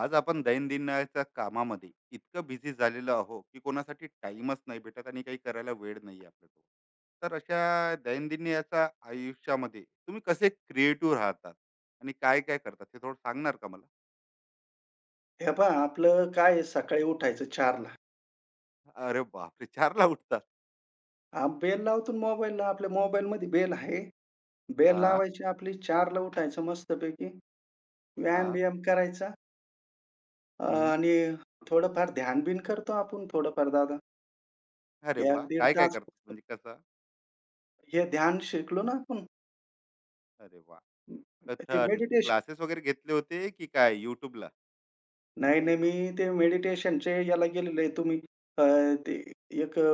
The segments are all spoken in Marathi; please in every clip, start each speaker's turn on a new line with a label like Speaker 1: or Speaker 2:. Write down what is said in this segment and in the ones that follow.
Speaker 1: आज आपण दैनंदिनाच्या कामामध्ये इतकं बिझी झालेलो आहो की कोणासाठी टाइमच नाही भेटत आणि काही करायला वेळ नाही आपल्याजवळ. तर अशा दैनंदिन याच्या आयुष्यामध्ये तुम्ही कसे क्रिएटिव्ह राहतात आणि काय काय करतात हे थोडं सांगणार का मला?
Speaker 2: हे पहा, आपलं काय आहे सकाळी उठायचं 4:00.
Speaker 1: अरे बापरे, चारला उठतात?
Speaker 2: बेल लावतो ना मोबाईलला. आपल्या मोबाईलमध्ये बेल आहे. बेल
Speaker 1: हा.
Speaker 2: लावायची आपली 4:00 उठायचं मस्तपैकी.
Speaker 1: हा.
Speaker 2: व्यायाम-बियाम करायचा. अ,
Speaker 1: हम्म.
Speaker 2: आणि थोडंफार ध्यान-बिन करतो आपण थोडंफार दादा.
Speaker 1: अरे वा,
Speaker 2: 1-1.5
Speaker 1: काय काय
Speaker 2: तास
Speaker 1: करतात
Speaker 2: फक्त.
Speaker 1: म्हणजे कसं?
Speaker 2: हे ध्यान शिकलो ना आपण.
Speaker 1: अरे वा,
Speaker 2: ते
Speaker 1: कथन
Speaker 2: मेडिटेशन
Speaker 1: क्लासेस वगैरे घेतले होते की काय युट्यूबला?
Speaker 2: नाही, नाही. मी ते मेडिटेशनचे याला गेलेलो आहे. तुम्ही अ, ते एक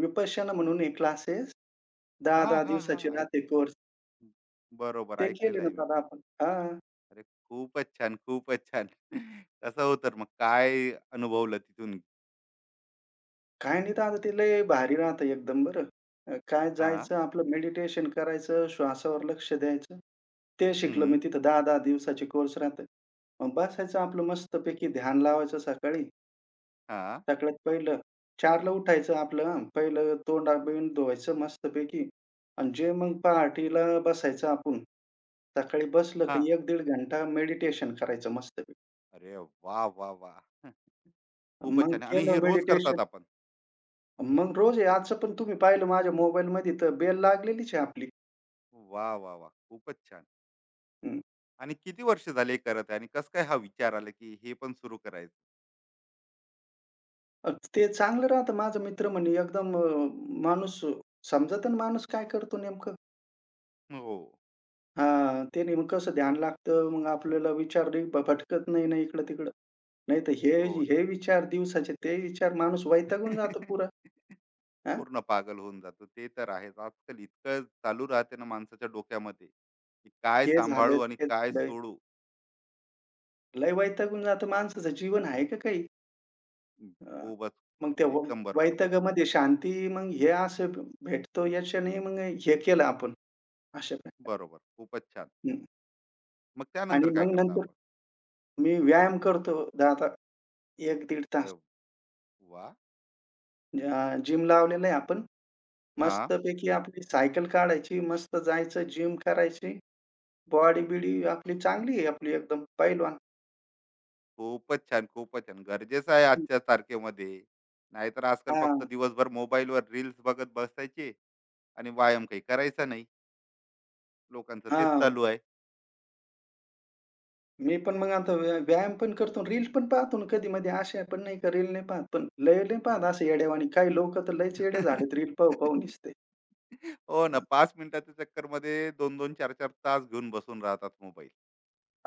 Speaker 2: विपश्यना म्हणून एक क्लासेस
Speaker 1: हा
Speaker 2: 10-10
Speaker 1: हा हा.
Speaker 2: दिवसाची
Speaker 1: ऐक,
Speaker 2: राहते कोर्स.
Speaker 1: बरोबर
Speaker 2: ते केले
Speaker 1: ऐकलेलं
Speaker 2: ना
Speaker 1: आहे.
Speaker 2: दादा आपण. हां.
Speaker 1: अरे खूपच छान, खूपच छान. कसं हो, तर मग काय अनुभवलं तिथून?
Speaker 2: काय नाही दादा ते लय भारी राहतं एकदम बरं. काय
Speaker 1: हां,
Speaker 2: जायचं आपलं मेडिटेशन करायचं, श्वासावर लक्ष द्यायचं. ते शिकलो मी
Speaker 1: हं.
Speaker 2: तिथं 10-10 दिवसाचे कोर्स राहते. मग बसायचं
Speaker 1: अरे
Speaker 2: आपलं
Speaker 1: वाह!
Speaker 2: मस्तपैकी ध्यान लावायचं सकाळी.
Speaker 1: हां,
Speaker 2: सगळ्यात पहिलं चारला उठायचं आपलं हां. पहिलं तोंड-बिोंड धुवायचं मस्तपैकी आणि जे मग पहाटेला बसायचं आपण. सकाळी बसलं
Speaker 1: हां.
Speaker 2: की 1-1.5 घंटा मेडिटेशन करायचं मस्तपैकी.
Speaker 1: अरे वाह, वाह, वाह! खूपच
Speaker 2: मग
Speaker 1: छान, आणि
Speaker 2: केलं
Speaker 1: हे रोज
Speaker 2: मेडिटेशन
Speaker 1: करतात आपण?
Speaker 2: मग रोज आहे पण तुम्ही पाहिलं माझ्या मोबाईलमध्ये तर बेल लागलेलीच आहे आपली.
Speaker 1: वाह, वाह, वाह! खूपच छान.
Speaker 2: हं.
Speaker 1: आणि किती वर्ष झाले हे करत आहे, आणि कसं काय हा विचार आला, की हे पण सुरू करायचं?
Speaker 2: अ, ते चांगलं राहतं. माझा मित्र म्हणे एकदम माणूस समजतं माणूस काय करतो नेमकं.
Speaker 1: हो,
Speaker 2: हां, ते नेमकं कसं ध्यान लागतं. मग आपल्याला विचार नाही भटकत नाही ना इकडं-तिकडं. नाहीतर हे
Speaker 1: हो.
Speaker 2: हे विचार दिवसाचे ते विचार माणूस वैतागून जातो पुरा. हां,
Speaker 1: पूर्ण पागल होऊन जातो. ते तर आहेच. आजकाल इतकं चालू राहते ना माणसाच्या डोक्यामध्ये, की काय
Speaker 2: हे झालं,
Speaker 1: सांभाळू आणि
Speaker 2: ते
Speaker 1: काय
Speaker 2: झालं.
Speaker 1: सोडू?
Speaker 2: लय वैतागून जातं. माणसाचं जीवन आहे का काही? अ,
Speaker 1: खूपच
Speaker 2: मग त्या
Speaker 1: एकदम बरोबर बोलला.
Speaker 2: वैतागामध्ये शांती मग हे असं भेटतो याच्याने मग हे केलं आपण अशा प्रकारे.
Speaker 1: बरोबर. खूपच छान.
Speaker 2: हं.
Speaker 1: मग
Speaker 2: आणि
Speaker 1: त्यानंतर काय
Speaker 2: मग
Speaker 1: करता
Speaker 2: नंतर
Speaker 1: आपण?
Speaker 2: मी व्यायाम करतो 10 1-1.5
Speaker 1: अरे
Speaker 2: तास.
Speaker 1: वाह!
Speaker 2: जिम लावलेलं आहे आपण.
Speaker 1: हां.
Speaker 2: मस्तपैकी आपली सायकल काढायची, मस्त जायचं, जिम करायची. बॉडी-बिडी आपली चांगली आहे आपली एकदम पैलवान.
Speaker 1: खूपच छान, खूपच छान. गरजेचं आहे
Speaker 2: हं.
Speaker 1: आजच्या तारखेमध्ये. नाहीतर आजकाल फक्त
Speaker 2: हां,
Speaker 1: दिवसभर मोबाईलवर रील्स बघत बसायचे आणि व्यायाम काही करायचा नाही. लोकांचं तेच चालू आहे.
Speaker 2: मी पण मग आता व्यायाम पण करतो आणि रील पण पाहतो ना कधी-मधी. अशा पण नाही का रील नाही पाहत, पण लय नाही पाहत
Speaker 1: हां.
Speaker 2: असे येड्यावाणी. काही लोकं तर लयच येडे झालेत रील पाहू-पाहू नुसते.
Speaker 1: हो ना,
Speaker 2: हां.
Speaker 1: 5 मिनिटाच्या चक्करमध्ये 2-2, 4-4 तास घेऊन बसून राहतात मोबाईल.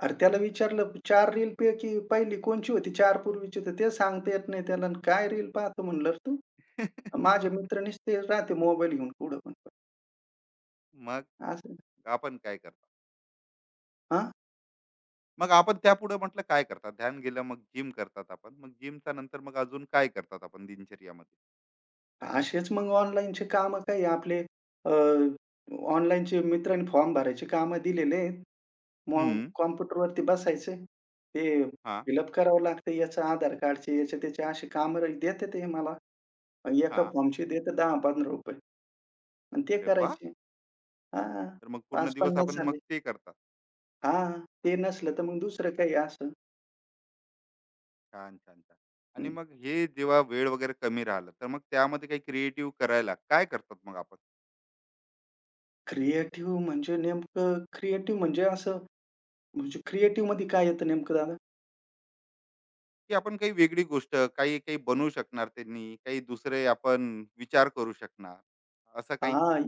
Speaker 2: अरे त्याला विचारलं 4 रीलपैकी पहिली कोणची होती 4 पूर्वीची तर ते सांगता येत नाही त्याला. आणि काय रील पाहतो म्हणलं रे तू? माझे मित्र नुसते राहते मोबाईल घेऊन कुठं पण.
Speaker 1: मग
Speaker 2: असं.
Speaker 1: आपण काय,
Speaker 2: हां,
Speaker 1: मग आपण त्यापुढे म्हटलं काय करतात, ध्यान गेलं, मग जिम करतात आपण, मग जिमच्या नंतर मग अजून काय करतात आपण दिनचर्यामध्ये?
Speaker 2: असेच मग ऑनलाईनचे कामं काही आपले अ, ऑनलाईनचे मित्रांनी फॉर्म भरायचे कामं दिलेले आहेत. मग
Speaker 1: हम्म.
Speaker 2: कॉम्प्युटरवरती बसायचं. ते
Speaker 1: हा.
Speaker 2: फिलअप करावं लागतं याचं आधार कार्डचे, याचे त्याचे असे कामं देते ते मला. एका
Speaker 1: हा.
Speaker 2: फॉर्मचे देते ₹10-15 आणि ते
Speaker 1: अरे वा,
Speaker 2: करायचे. हां,
Speaker 1: तर मग पूर्ण दिवस
Speaker 2: 5-50
Speaker 1: आपण मग
Speaker 2: झाले.
Speaker 1: ते करतात?
Speaker 2: हां, ते नसलं तर मग दुसरं काही असं.
Speaker 1: छान छान छान. आणि
Speaker 2: हं.
Speaker 1: मग हे जेव्हा वेळ वगैरे कमी राहिलं तर मग त्यामध्ये काही क्रिएटिव्ह करायला काय करतात मग आपण?
Speaker 2: क्रिएटिव्ह म्हणजे नेमकं क्रिएटिव्ह म्हणजे असं म्हणजे क्रिएटिव्हमध्ये काय येतं नेमकं दादा?
Speaker 1: की आपण काही वेगळी गोष्ट, काही काही बनवू शकणार त्यांनी, काही दुसरे आपण विचार करू शकणार, असं काही.
Speaker 2: हां,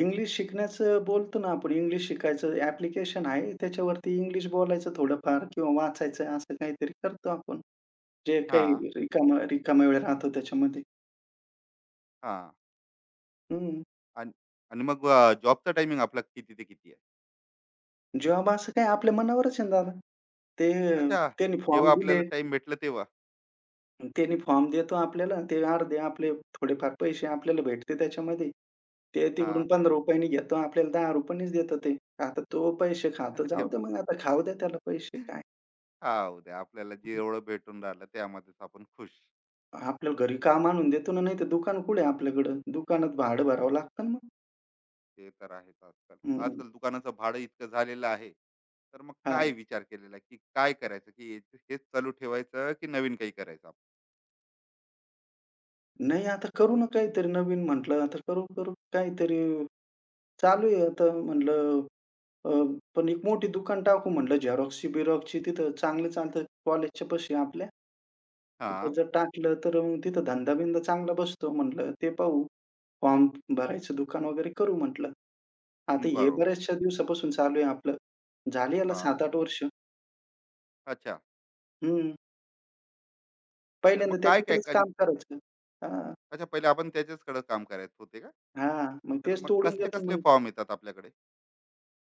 Speaker 2: इंग्लिश शिकण्याचं बोलतो ना आपण इंग्लिश शिकायचं ॲप्लिकेशन आहे त्याच्यावरती इंग्लिश बोलायचं थोडंफार किंवा वाचायचं असं काहीतरी करतो आपण. जे
Speaker 1: हा.
Speaker 2: काही रिकामा रिकामा वेळ राहतो त्याच्यामध्ये.
Speaker 1: हा.
Speaker 2: हं.
Speaker 1: आणि आणि मग जॉबचा टायमिंग आपला किती ते किती?
Speaker 2: जॉब असं काय आपल्या मनावरच आहे ना दादा. ते
Speaker 1: अच्छा,
Speaker 2: त्यांनी फॉर्म
Speaker 1: जेव्हा
Speaker 2: दिले.
Speaker 1: आपल्याला टाइम भेटला तेव्हा?
Speaker 2: त्यांनी फॉर्म देतो आपल्याला. ते अर्धे आपले थोडेफार पैसे आपल्याला भेटते त्याच्यामध्ये. ते तिकडून
Speaker 1: हां.
Speaker 2: ₹15 नी घेतो. आपल्याला ₹10नीच देतं ते. आता तो पैसे खातो.
Speaker 1: अरे
Speaker 2: जाऊ दे
Speaker 1: वाह!
Speaker 2: मग आता खाऊ द्या त्याला पैसे काय.
Speaker 1: हां, उद्या आपल्याला जेवढं भेटून राहिलं त्यामध्येच आपण खुश.
Speaker 2: आपल्याला घरी काम आणून देतो ना, नाहीतर दुकान कुठे आहे आपल्याकडं? दुकानात भाडं भरावं लागतं ना मग.
Speaker 1: ते तर आहेच आजकाल.
Speaker 2: हं.
Speaker 1: आजकाल दुकानाचं भाडं इतकं झालेलं आहे, तर मग
Speaker 2: हां.
Speaker 1: काय विचार केलेला, की काय करायचं, की हेच चालू ठेवायचं, की नवीन काही करायचं आपण?
Speaker 2: नाही आता करू ना काहीतरी नवीन म्हटलं, आता करू, करू काहीतरी चालू आहे आता म्हणलं. अ, पण एक मोठी दुकान टाकू म्हणलं झेरॉक्सची बिरॉक्सची तिथं चांगलं चालतं कॉलेजच्या पाशी आपल्या. तिथं
Speaker 1: हां,
Speaker 2: जर टाकलं तर मग तिथं धंदा-बिंदा चांगला बसतो म्हटलं ते पाहू. फॉर्म भरायचं दुकान वगैरे करू म्हटलं. आता हे
Speaker 1: बरोबर.
Speaker 2: बऱ्याचशा दिवसापासून चालू आहे आपलं. झाली याला
Speaker 1: हां,
Speaker 2: 7-8 वर्ष.
Speaker 1: अच्छा.
Speaker 2: हं.
Speaker 1: तर
Speaker 2: पहिल्यांदा
Speaker 1: मग काय-काय
Speaker 2: त्याच्याकडेच
Speaker 1: कधी?
Speaker 2: काम करायचं. हां,
Speaker 1: अच्छा, पहिले आपण त्याच्याचकडे काम करायचं होते का?
Speaker 2: हां. मग
Speaker 1: तर
Speaker 2: तेच
Speaker 1: मग
Speaker 2: तोडून देतो
Speaker 1: कसले-कसले
Speaker 2: मग.
Speaker 1: फॉर्म येतात आपल्याकडे?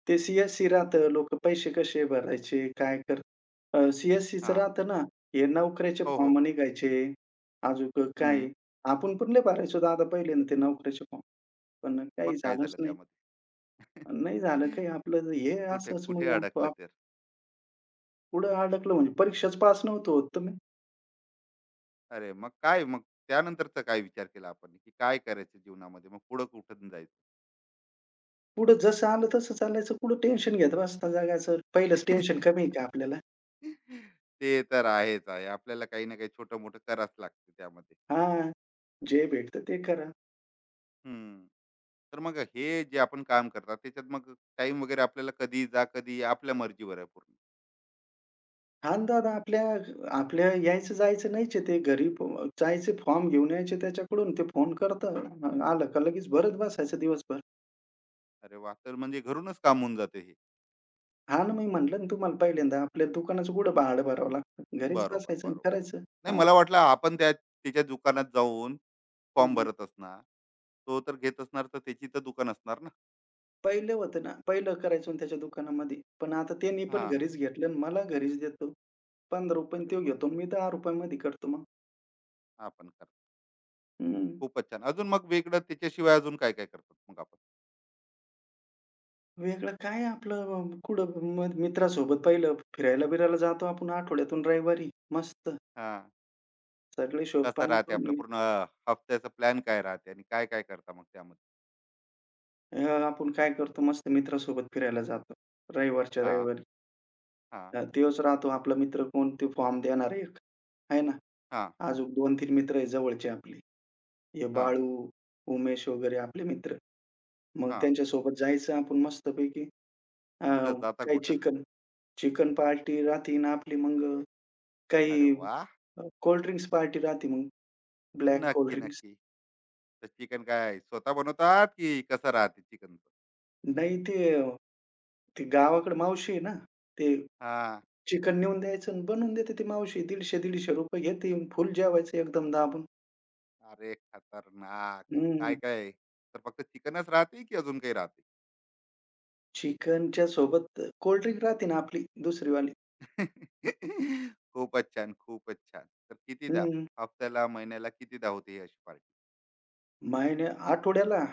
Speaker 2: ते सी राहतं. लोकं पैसे कसे भरायचे, काय. सी-एस-सीचं
Speaker 1: हां.
Speaker 2: राहतं ना, हे नोकऱ्याचे
Speaker 1: हो, हो.
Speaker 2: फॉर्म निघायचे. अजून काय.
Speaker 1: हं.
Speaker 2: आपण पण लय भरायचो दादा पहिले ना ते नोकऱ्याचे फॉर्म. पण
Speaker 1: मग
Speaker 2: काही
Speaker 1: काय
Speaker 2: झालंच
Speaker 1: झालं
Speaker 2: नाही.
Speaker 1: त्यामध्ये?
Speaker 2: नाही झालं काही आपलं हे
Speaker 1: कुठे
Speaker 2: असंच
Speaker 1: कुठे
Speaker 2: मग आप
Speaker 1: अडकलं
Speaker 2: आप
Speaker 1: तर?
Speaker 2: पुढं अडकलं म्हणजे परीक्षाच पास नव्हतो होत तर मग
Speaker 1: अरे मग काय, मग त्यानंतरचा काय विचार केला आपण, की काय करायचं जीवनामध्ये, मग पुढं कुठं जायचं?
Speaker 2: पुढं जसं आलं तसं चालायचं. पुढं टेन्शन घेत बसता जगाचं. पहिलंच टेन्शन कमी आहे का आपल्याला?
Speaker 1: ते तर आहेच आहे, आपल्याला काही ना काही छोटं मोठं करावंच लागते त्यामध्ये.
Speaker 2: हां, जे भेटतं ते करा.
Speaker 1: हम्म. तर मग हे, जे आपण काम करतात त्याच्यात मग टाइम वगैरे आपल्याला कधी जा कधी या, आपल्या मर्जीवर आहे पूर्ण?
Speaker 2: खानदादा आपल्या आपल्या यायचं-जायचं नाहीच आहे ते. घरी प जायचे फॉर्म घेऊन यायचे त्याच्याकडून. ते फोन करतं, आलं का लगेच भरत बसायचं दिवसभर.
Speaker 1: अरे वा, तर म्हणजे घरूनच काम होऊन जाते हे?
Speaker 2: हां ना, मी म्हटलं ना तुम्हाला पहिल्यांदा आपल्या दुकानाचं कुठं भाडं भरावं लागतं. घरीच
Speaker 1: बरोबर
Speaker 2: बसायचं आणि
Speaker 1: बरोबर.
Speaker 2: करायचं.
Speaker 1: नाही,
Speaker 2: हां.
Speaker 1: मला वाटलं आपण त्याच्या दुकानात जाऊन
Speaker 2: हं,
Speaker 1: फॉर्म
Speaker 2: हं.
Speaker 1: भरत असणार, तो तर घेत असणार, तर त्याची तर दुकान असणार ना.
Speaker 2: पहिलं होतं ना, पहिलं करायचो ना त्याच्या दुकानामध्ये. पण आता त्यांनी
Speaker 1: हा.
Speaker 2: पण घरीच घेतलं आणि मला घरीच देतो. ₹15 नी
Speaker 1: अरे
Speaker 2: तो
Speaker 1: वा,
Speaker 2: घेतो आणि मी ₹10 मध्ये करतो मग.
Speaker 1: आपण करा.
Speaker 2: हं.
Speaker 1: खूपच छान. अजून मग वेगळं, त्याच्याशिवाय अजून काय-काय करतात मग आपण?
Speaker 2: वेगळं काय आपलं. कुठं मग मित्रासोबत पहिलं फिरायला-बिरायला जातो आपण आठवड्यातून रविवारी. मस्त.
Speaker 1: हां.
Speaker 2: सगळे
Speaker 1: कसं
Speaker 2: शोधपाणी
Speaker 1: राहते
Speaker 2: करून
Speaker 1: आपलं
Speaker 2: मी.
Speaker 1: पूर्ण हफ्त्याचा प्लॅन, काय राहते आणि काय-काय करता मग त्यामध्ये?
Speaker 2: अ, आपण काय करतो मस्त मित्रासोबत फिरायला जातो. रविवारच्या
Speaker 1: हां,
Speaker 2: रविवारी.
Speaker 1: हां,
Speaker 2: तोच राहतो आपला मित्र कोण ते फॉर्म देणारा एक, आहे ना.
Speaker 1: हां,
Speaker 2: अजून 2-3 मित्र आहे जवळचे आपले. हे
Speaker 1: हां,
Speaker 2: बाळू, उमेश वगैरे आपले मित्र. मग
Speaker 1: हां.
Speaker 2: त्यांच्यासोबत जायचं आपण मस्तपैकी. अ,
Speaker 1: कुठं जाता
Speaker 2: काही
Speaker 1: कुठं?
Speaker 2: चिकन चिकन पार्टी राहते ना आपली मग.
Speaker 1: अरे
Speaker 2: काही
Speaker 1: वाह!
Speaker 2: कोल्ड ड्रिंक्स पार्टी राहते मग. ब्लॅक कोल्ड
Speaker 1: नक्की,
Speaker 2: ड्रिंक्स.
Speaker 1: नक्की. तर चिकन काय स्वतः बनवतात, की कसं राहते चिकनचं?
Speaker 2: नाही ते, ते गावाकडे मावशी आहे ना, ते
Speaker 1: हां.
Speaker 2: चिकन नेऊन द्यायचं आणि बनवून देते ती मावशी. ₹150-100 घेते येऊन फुल जेवायचं एकदम दाबून.
Speaker 1: अरे खतरनाक!
Speaker 2: हं.
Speaker 1: काय-काय? तर फक्त चिकनच राहते, की अजून काही राहते?
Speaker 2: चिकनच्या सोबत कोल्डड्रिंक राहते ना आपली दुसरीवाली.
Speaker 1: खूपच छान, खूपच छान. तर कितीदा
Speaker 2: हं.
Speaker 1: हफ्त्याला, महिन्याला कितीदा होते ही अशी पार्टी?
Speaker 2: महिन्या आठवड्याला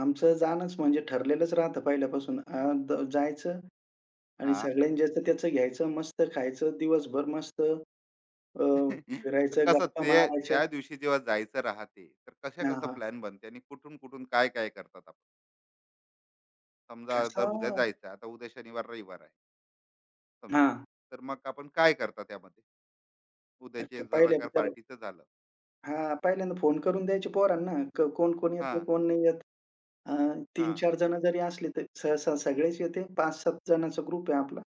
Speaker 2: आमचं जाणंच म्हणजे ठरलेलंच राहतं पहिल्यापासून. अ, द जायचं आणि
Speaker 1: हां.
Speaker 2: सगळ्यांनी ज्याचं त्याचं घ्यायचं, मस्त खायचं दिवसभर मस्त. अ,
Speaker 1: तर
Speaker 2: फिरायचं,
Speaker 1: कसं
Speaker 2: गप्पा
Speaker 1: ते,
Speaker 2: मारायच्या.
Speaker 1: त्या दिवशी जेव्हा जायचं राहते, तर कशा
Speaker 2: हां,
Speaker 1: कसा
Speaker 2: हां.
Speaker 1: प्लॅन बनते आणि कुठून कुठून काय काय करतात आपण? समजा
Speaker 2: कसा.
Speaker 1: जर उद्या जायचं, आता उद्या शनिवार रविवार आहे, समजा,
Speaker 2: हां.
Speaker 1: तर मग आपण काय करता त्यामध्ये, उद्याचे जर
Speaker 2: पहिल्या
Speaker 1: अगर
Speaker 2: त्याला.
Speaker 1: पार्टीचं झालं?
Speaker 2: हां, पहिल्यांदा फोन करून द्यायचे पोरांना, कोण कोण
Speaker 1: हा.
Speaker 2: येतंय, कोण नाही येत. अ,
Speaker 1: हा.
Speaker 2: 3-4 जण जरी असले तरी सहसा सगळेच येते. 5-7 जणांचा ग्रुप आहे आपला.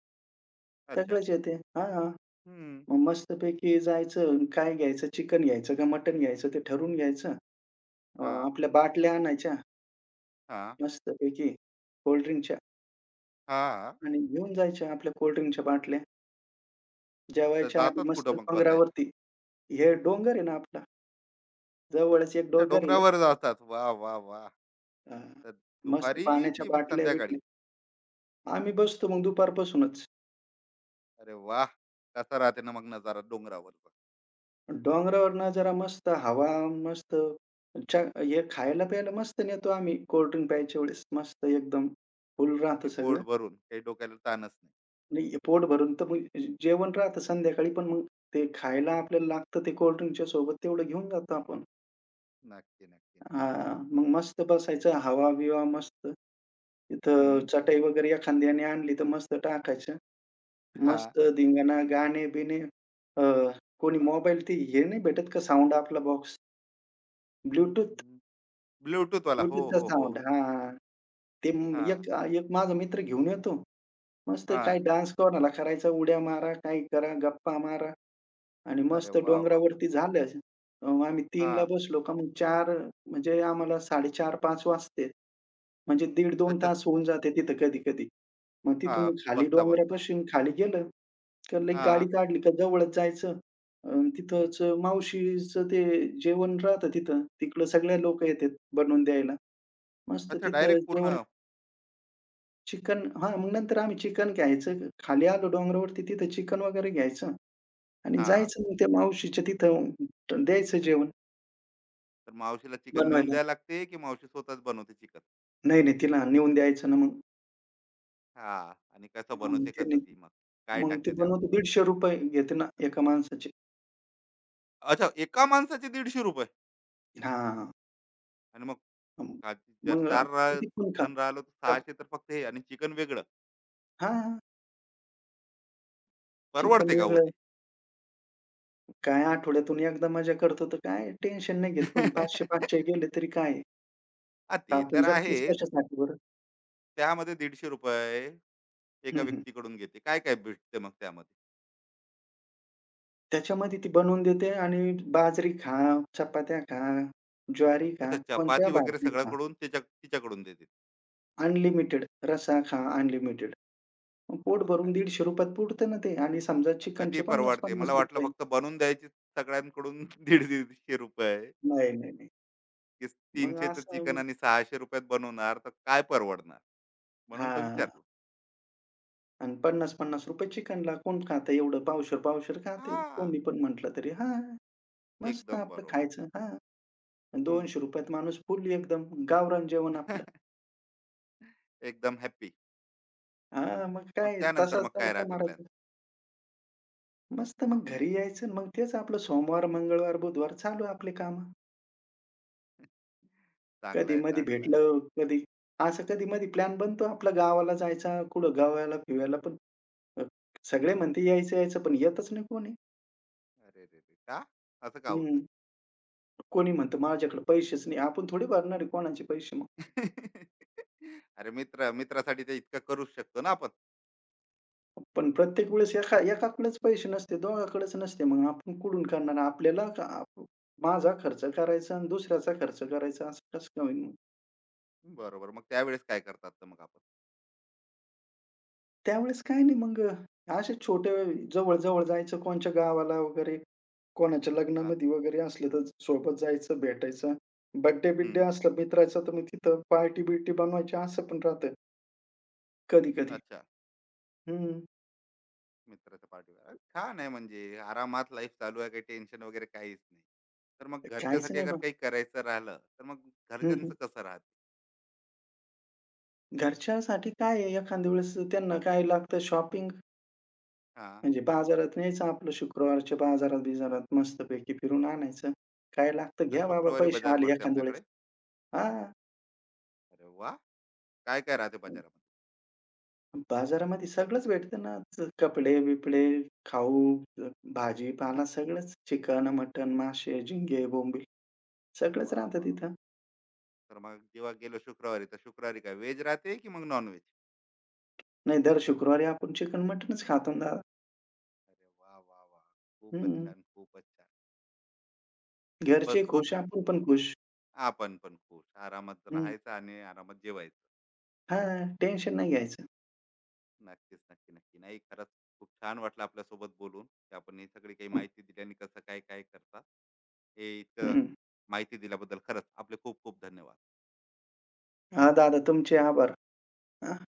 Speaker 1: अच्छा.
Speaker 2: सगळेच येते. हां,
Speaker 1: हम्म.
Speaker 2: मग मस्तपैकी जायचं. काय घ्यायचं? चिकन घ्यायचं का मटण घ्यायचं ते ठरवून घ्यायचं.
Speaker 1: हा.
Speaker 2: आपल्या बाटल्या आणायच्या
Speaker 1: हा.
Speaker 2: मस्तपैकी कोल्डड्रिंकच्या
Speaker 1: हा.
Speaker 2: आणि घेऊन जायच्या आपल्या कोल्डड्रिंकच्या बाटल्या.
Speaker 1: तर
Speaker 2: जेवायच्या आधी
Speaker 1: जातात
Speaker 2: मस्त
Speaker 1: कुठं मग बसायला?
Speaker 2: डोंगरावरती. हे डोंगर आहे ना आपला, जवळच एक
Speaker 1: अच्छा,
Speaker 2: डोंगर आहे.
Speaker 1: डोंगरावर जातात, वा वा वा.
Speaker 2: अ,
Speaker 1: तर
Speaker 2: मस्त
Speaker 1: दुपारी
Speaker 2: पाण्याच्या
Speaker 1: की मग संध्याकाळी?
Speaker 2: बाटल्या-बिटल्या. आम्ही बसतो मग दुपारपासूनच.
Speaker 1: अरे वा, कसा राहते ना मग नजारा डोंगरावर?
Speaker 2: डोंगरावरनं जरा मस्त हवा, मस्त च्या हे खायला-प्यायला मस्त नेतो आम्ही कोल्ड ड्रिंक प्यायच्या वेळेस. मस्त एकदम फुल राहतं
Speaker 1: की
Speaker 2: सगळं.
Speaker 1: पोट भरून काही डोक्याला ताणच?
Speaker 2: नाही पोट भरून तर मग जेवण राहतं संध्याकाळी, पण मग ते खायला आपल्याला लागतं ते कोल्ड ड्रिंकच्या सोबत तेवढं घेऊन जातो आपण.
Speaker 1: नक्की, नक्की, नक्की.
Speaker 2: हां, मग मस्त बसायचं हवा-बिवा मस्त. तिथं
Speaker 1: हं.
Speaker 2: चटई वगैरे एखाद्याने आणली तर मस्त टाकायचं.
Speaker 1: हां.
Speaker 2: मस्त धिंगाणा, गाणे-बिणे. अ, कोणी मोबाईल ते हे नाही भेटत का साउंड आपला बॉक्स? ब्लूटूथ
Speaker 1: अं, ब्लूटूथवाला. हो,
Speaker 2: ब्लूटूथचा
Speaker 1: हो, हो.
Speaker 2: साउंड हां, हां. ते म
Speaker 1: हां,
Speaker 2: एक एक माझा मित्र घेऊन येतो. मस्त काय
Speaker 1: हां.
Speaker 2: डान्स कोणाला करायचा उड्या मारा, काही करा, गप्पा मारा आणि
Speaker 1: अरे
Speaker 2: मस्त
Speaker 1: वाह, वाह!
Speaker 2: डोंगरावरती झालं. आम्ही 3ला
Speaker 1: हां.
Speaker 2: बसलो का मग 4. म्हणजे आम्हाला 4:30-5 वाजते. म्हणजे दीड दोन
Speaker 1: अच्छा.
Speaker 2: तास होऊन जाते तिथं कधी-कधी. मग तिथून
Speaker 1: हां.
Speaker 2: मग खाली
Speaker 1: बसता-बसता.
Speaker 2: डोंगरापासून खाली गेलं, का लई गाडी
Speaker 1: हां.
Speaker 2: काढली का जवळच जायचं. अ, तिथंच मावशीचं ते जेवण राहतं तिथं. तिकडं सगळे लोकं येतात बनवून द्यायला. मस्त
Speaker 1: अच्छा,
Speaker 2: तिथं
Speaker 1: डायरेक्ट पूर्ण.
Speaker 2: जेवण चिकन हां, मग नंतर आम्ही चिकन घ्यायचं. खाली आलो डोंगरावरती तिथं चिकन वगैरे घ्यायचं आणि
Speaker 1: हां.
Speaker 2: जायचं मग त्या मावशीच्या तिथं द्यायचं जेवण
Speaker 1: तर मावशीला चिकन नेऊन
Speaker 2: बनवायला.
Speaker 1: द्यायला लागते, की मावशी स्वतःच बनवते चिकन?
Speaker 2: नाही, नाही तिला नेऊन द्यायचं ना मग.
Speaker 1: हां. आणि कसं
Speaker 2: मग
Speaker 1: बनवते,
Speaker 2: ते
Speaker 1: कसं ती मग? काय
Speaker 2: मग ते
Speaker 1: टाकते त्यामध्ये?
Speaker 2: बनवतो ₹150 घेते ना एका माणसाचे.
Speaker 1: अच्छा, एका माणसाचे ₹150.
Speaker 2: हां.
Speaker 1: आणि मग
Speaker 2: हं.
Speaker 1: का, जर
Speaker 2: मग
Speaker 1: 4 रा
Speaker 2: किती पण खा.
Speaker 1: जण राहिलो तर
Speaker 2: चप
Speaker 1: 600 तर फक्त हे आणि चिकन वेगळं.
Speaker 2: हां, चिकन
Speaker 1: परवडते का हो
Speaker 2: वेगळं.
Speaker 1: ते?
Speaker 2: काय आठवड्यातून एकदा मजा करतो तर काय टेन्शन नाही घेत कोणी. 500-500 गेले तरी काय आहे?
Speaker 1: ते
Speaker 2: आपण
Speaker 1: तर
Speaker 2: जगतोच
Speaker 1: आहेच.
Speaker 2: कशासाठी बरं?
Speaker 1: त्यामध्ये ₹150 एका
Speaker 2: हं, हं.
Speaker 1: व्यक्तीकडून घेते, काय-काय भेटते मग त्यामध्ये?
Speaker 2: त्याच्यामध्ये ती बनवून देते आणि बाजरी खा, चपात्या खा, ज्वारी खा,
Speaker 1: अच्छा,
Speaker 2: कोणच्या
Speaker 1: चपाती वगैरे
Speaker 2: भाकरी खा,
Speaker 1: सगळ्याकडून, त्याच्या तिच्याकडून देते.
Speaker 2: अनलिमिटेड रस्सा खा, अनलिमिटेड. मग
Speaker 1: अरे
Speaker 2: पोट
Speaker 1: मग
Speaker 2: भरून
Speaker 1: काय?
Speaker 2: ₹150त पुरतं ना ते आणि समजा
Speaker 1: कधी
Speaker 2: चिकनचे
Speaker 1: परवडते?
Speaker 2: ₹50-50.
Speaker 1: मला वाटलं फक्त बनवून द्यायची सगळ्यांकडून, ₹150-₹150,
Speaker 2: नाही, नाही, नाही.
Speaker 1: की
Speaker 2: मग
Speaker 1: 300चं चिकन
Speaker 2: असं.
Speaker 1: आणि ₹600त बनवणार, तर काय परवडणार? म्हणून तर
Speaker 2: हां.
Speaker 1: विचारलं.
Speaker 2: आणि ₹50-50 चिकनला कोण खातं एवढं? पावशेर-पावशेर खाते.
Speaker 1: हां,
Speaker 2: कोणी पण म्हटलं तरी हां, मस्त
Speaker 1: एकदम
Speaker 2: आपलं
Speaker 1: बरोबर.
Speaker 2: खायचं. हां, आणि
Speaker 1: हं.
Speaker 2: ₹200त माणूस फुल एकदम गावरान जेवण आपलं.
Speaker 1: एकदम हॅपी.
Speaker 2: हां, मग
Speaker 1: मग
Speaker 2: काय
Speaker 1: त्यानंतर
Speaker 2: तसाच
Speaker 1: मग काय
Speaker 2: तडका
Speaker 1: राहते प्लॅन?
Speaker 2: मारायचा. मस्त मग घरी यायचं आणि मग तेच आपलं सोमवार, मंगळवार, बुधवार चालू आपली कामं.
Speaker 1: चांगला आहे,
Speaker 2: कधी-मधी
Speaker 1: चांगला आहे.
Speaker 2: भेटलं, कधी असं कधी-मधी प्लॅन बनतो आपला गावाला जायचा, कुठं गावाला-बिवायला पण. अ, सगळे
Speaker 1: हं.
Speaker 2: म्हणते यायचं-यायचं पण येतच नाही कोणी.
Speaker 1: अरे रे रे! का? असं का होतं?
Speaker 2: हं, कोणी म्हणतं माझ्याकडे पैसेच नाही. आपण थोडी भरणार आहे कोणाचे पैसे.
Speaker 1: अरे, मित्र मित्रासाठी ते इतकं करूच शकतो ना आपण.
Speaker 2: पण प्रत्येक वेळेस एका एकाकडेच पैसे नसते, दोघाकडेच नसते. मग आपण कुठून करणार? आपल्याला का माझा खर्च करायचा आणि दुसऱ्याचा खर्च करायचा असं कसं काय होईल मग?
Speaker 1: बरोबर, मग त्यावेळेस काय करतात तर मग आपण?
Speaker 2: त्यावेळेस काही नाही मग. असे छोटे जवळ-जवळ जायचं कोणच्या गावाला वगैरे, कोणाच्या
Speaker 1: हा.
Speaker 2: लग्नामध्ये वगैरे असलं तर सोबत जायचं, भेटायचं. बर्थडे-बिर्थडे
Speaker 1: हम्म.
Speaker 2: असला मित्राचा तर मग तिथं पार्टी-बिर्टी बनवायची असं पण राहतं कधी-कधी.
Speaker 1: अच्छा.
Speaker 2: हं.
Speaker 1: मित्राच्या पार्टीवर छान आहे, म्हणजे आरामात लाईफ चालू आहे, काही टेन्शन वगैरे काहीच नाही. तर मग
Speaker 2: काहीच
Speaker 1: घरच्यासाठी
Speaker 2: नाही
Speaker 1: अगर
Speaker 2: बघा.
Speaker 1: काही करायचं राहिलं तर मग
Speaker 2: हं, हं.
Speaker 1: घरच्यांचं कसं राहते?
Speaker 2: घरच्यासाठी काय आहे एखाद्या वेळेस त्यांना काय लागतं शॉपिंग
Speaker 1: हा.
Speaker 2: म्हणजे बाजारात न्यायचं आपलं शुक्रवारच्या बाजारात-बिजारात मस्तपैकी फिरून आणायचं. काय लागतं
Speaker 1: आता
Speaker 2: घ्या बाबा
Speaker 1: शुक्रवारी
Speaker 2: पैसे
Speaker 1: बाजार
Speaker 2: आले
Speaker 1: भरते
Speaker 2: एखाद्या वेळेस.
Speaker 1: आपल्याकडे?
Speaker 2: हां.
Speaker 1: अरे वा, काय काय राहते बाजारामध्ये?
Speaker 2: बाजारामध्ये सगळंच भेटतं ना. कपडे-बिपडे, खाऊ, भाजीपाला सगळंच. चिकन, मटण, मासे, झिंगे, बोंबील सगळंच
Speaker 1: वा
Speaker 2: राहतं
Speaker 1: वा.
Speaker 2: तिथं.
Speaker 1: तर मग जेव्हा गेलो शुक्रवारी, तर शुक्रवारी काय व्हेज राहते की मग नॉन व्हेज?
Speaker 2: नाही दर शुक्रवारी आपण चिकन, मटणच खातो ना दादा.
Speaker 1: अरे वा वा वा. खूपच
Speaker 2: हं.
Speaker 1: छान, खूपच छान. ब-
Speaker 2: घरचे
Speaker 1: खूप.
Speaker 2: खुश, आपण पण खुश.
Speaker 1: आपण पण खुश. आरामात
Speaker 2: हं.
Speaker 1: राहायचं आणि आरामात जेवायचं.
Speaker 2: हां. टेन्शन नाही घ्यायचं.
Speaker 1: नक्कीच, नक्की, नक्की. नाही, खरंच खूप छान वाटलं आपल्यासोबत बोलून, की आपण ही सगळी काही माहिती दिली आणि कसं काय, काय करतात. हे इतकं
Speaker 2: हं.
Speaker 1: माहिती दिल्याबद्दल खरंच आपले खूप खूप धन्यवाद.
Speaker 2: हां, दादा तुमचे आभार.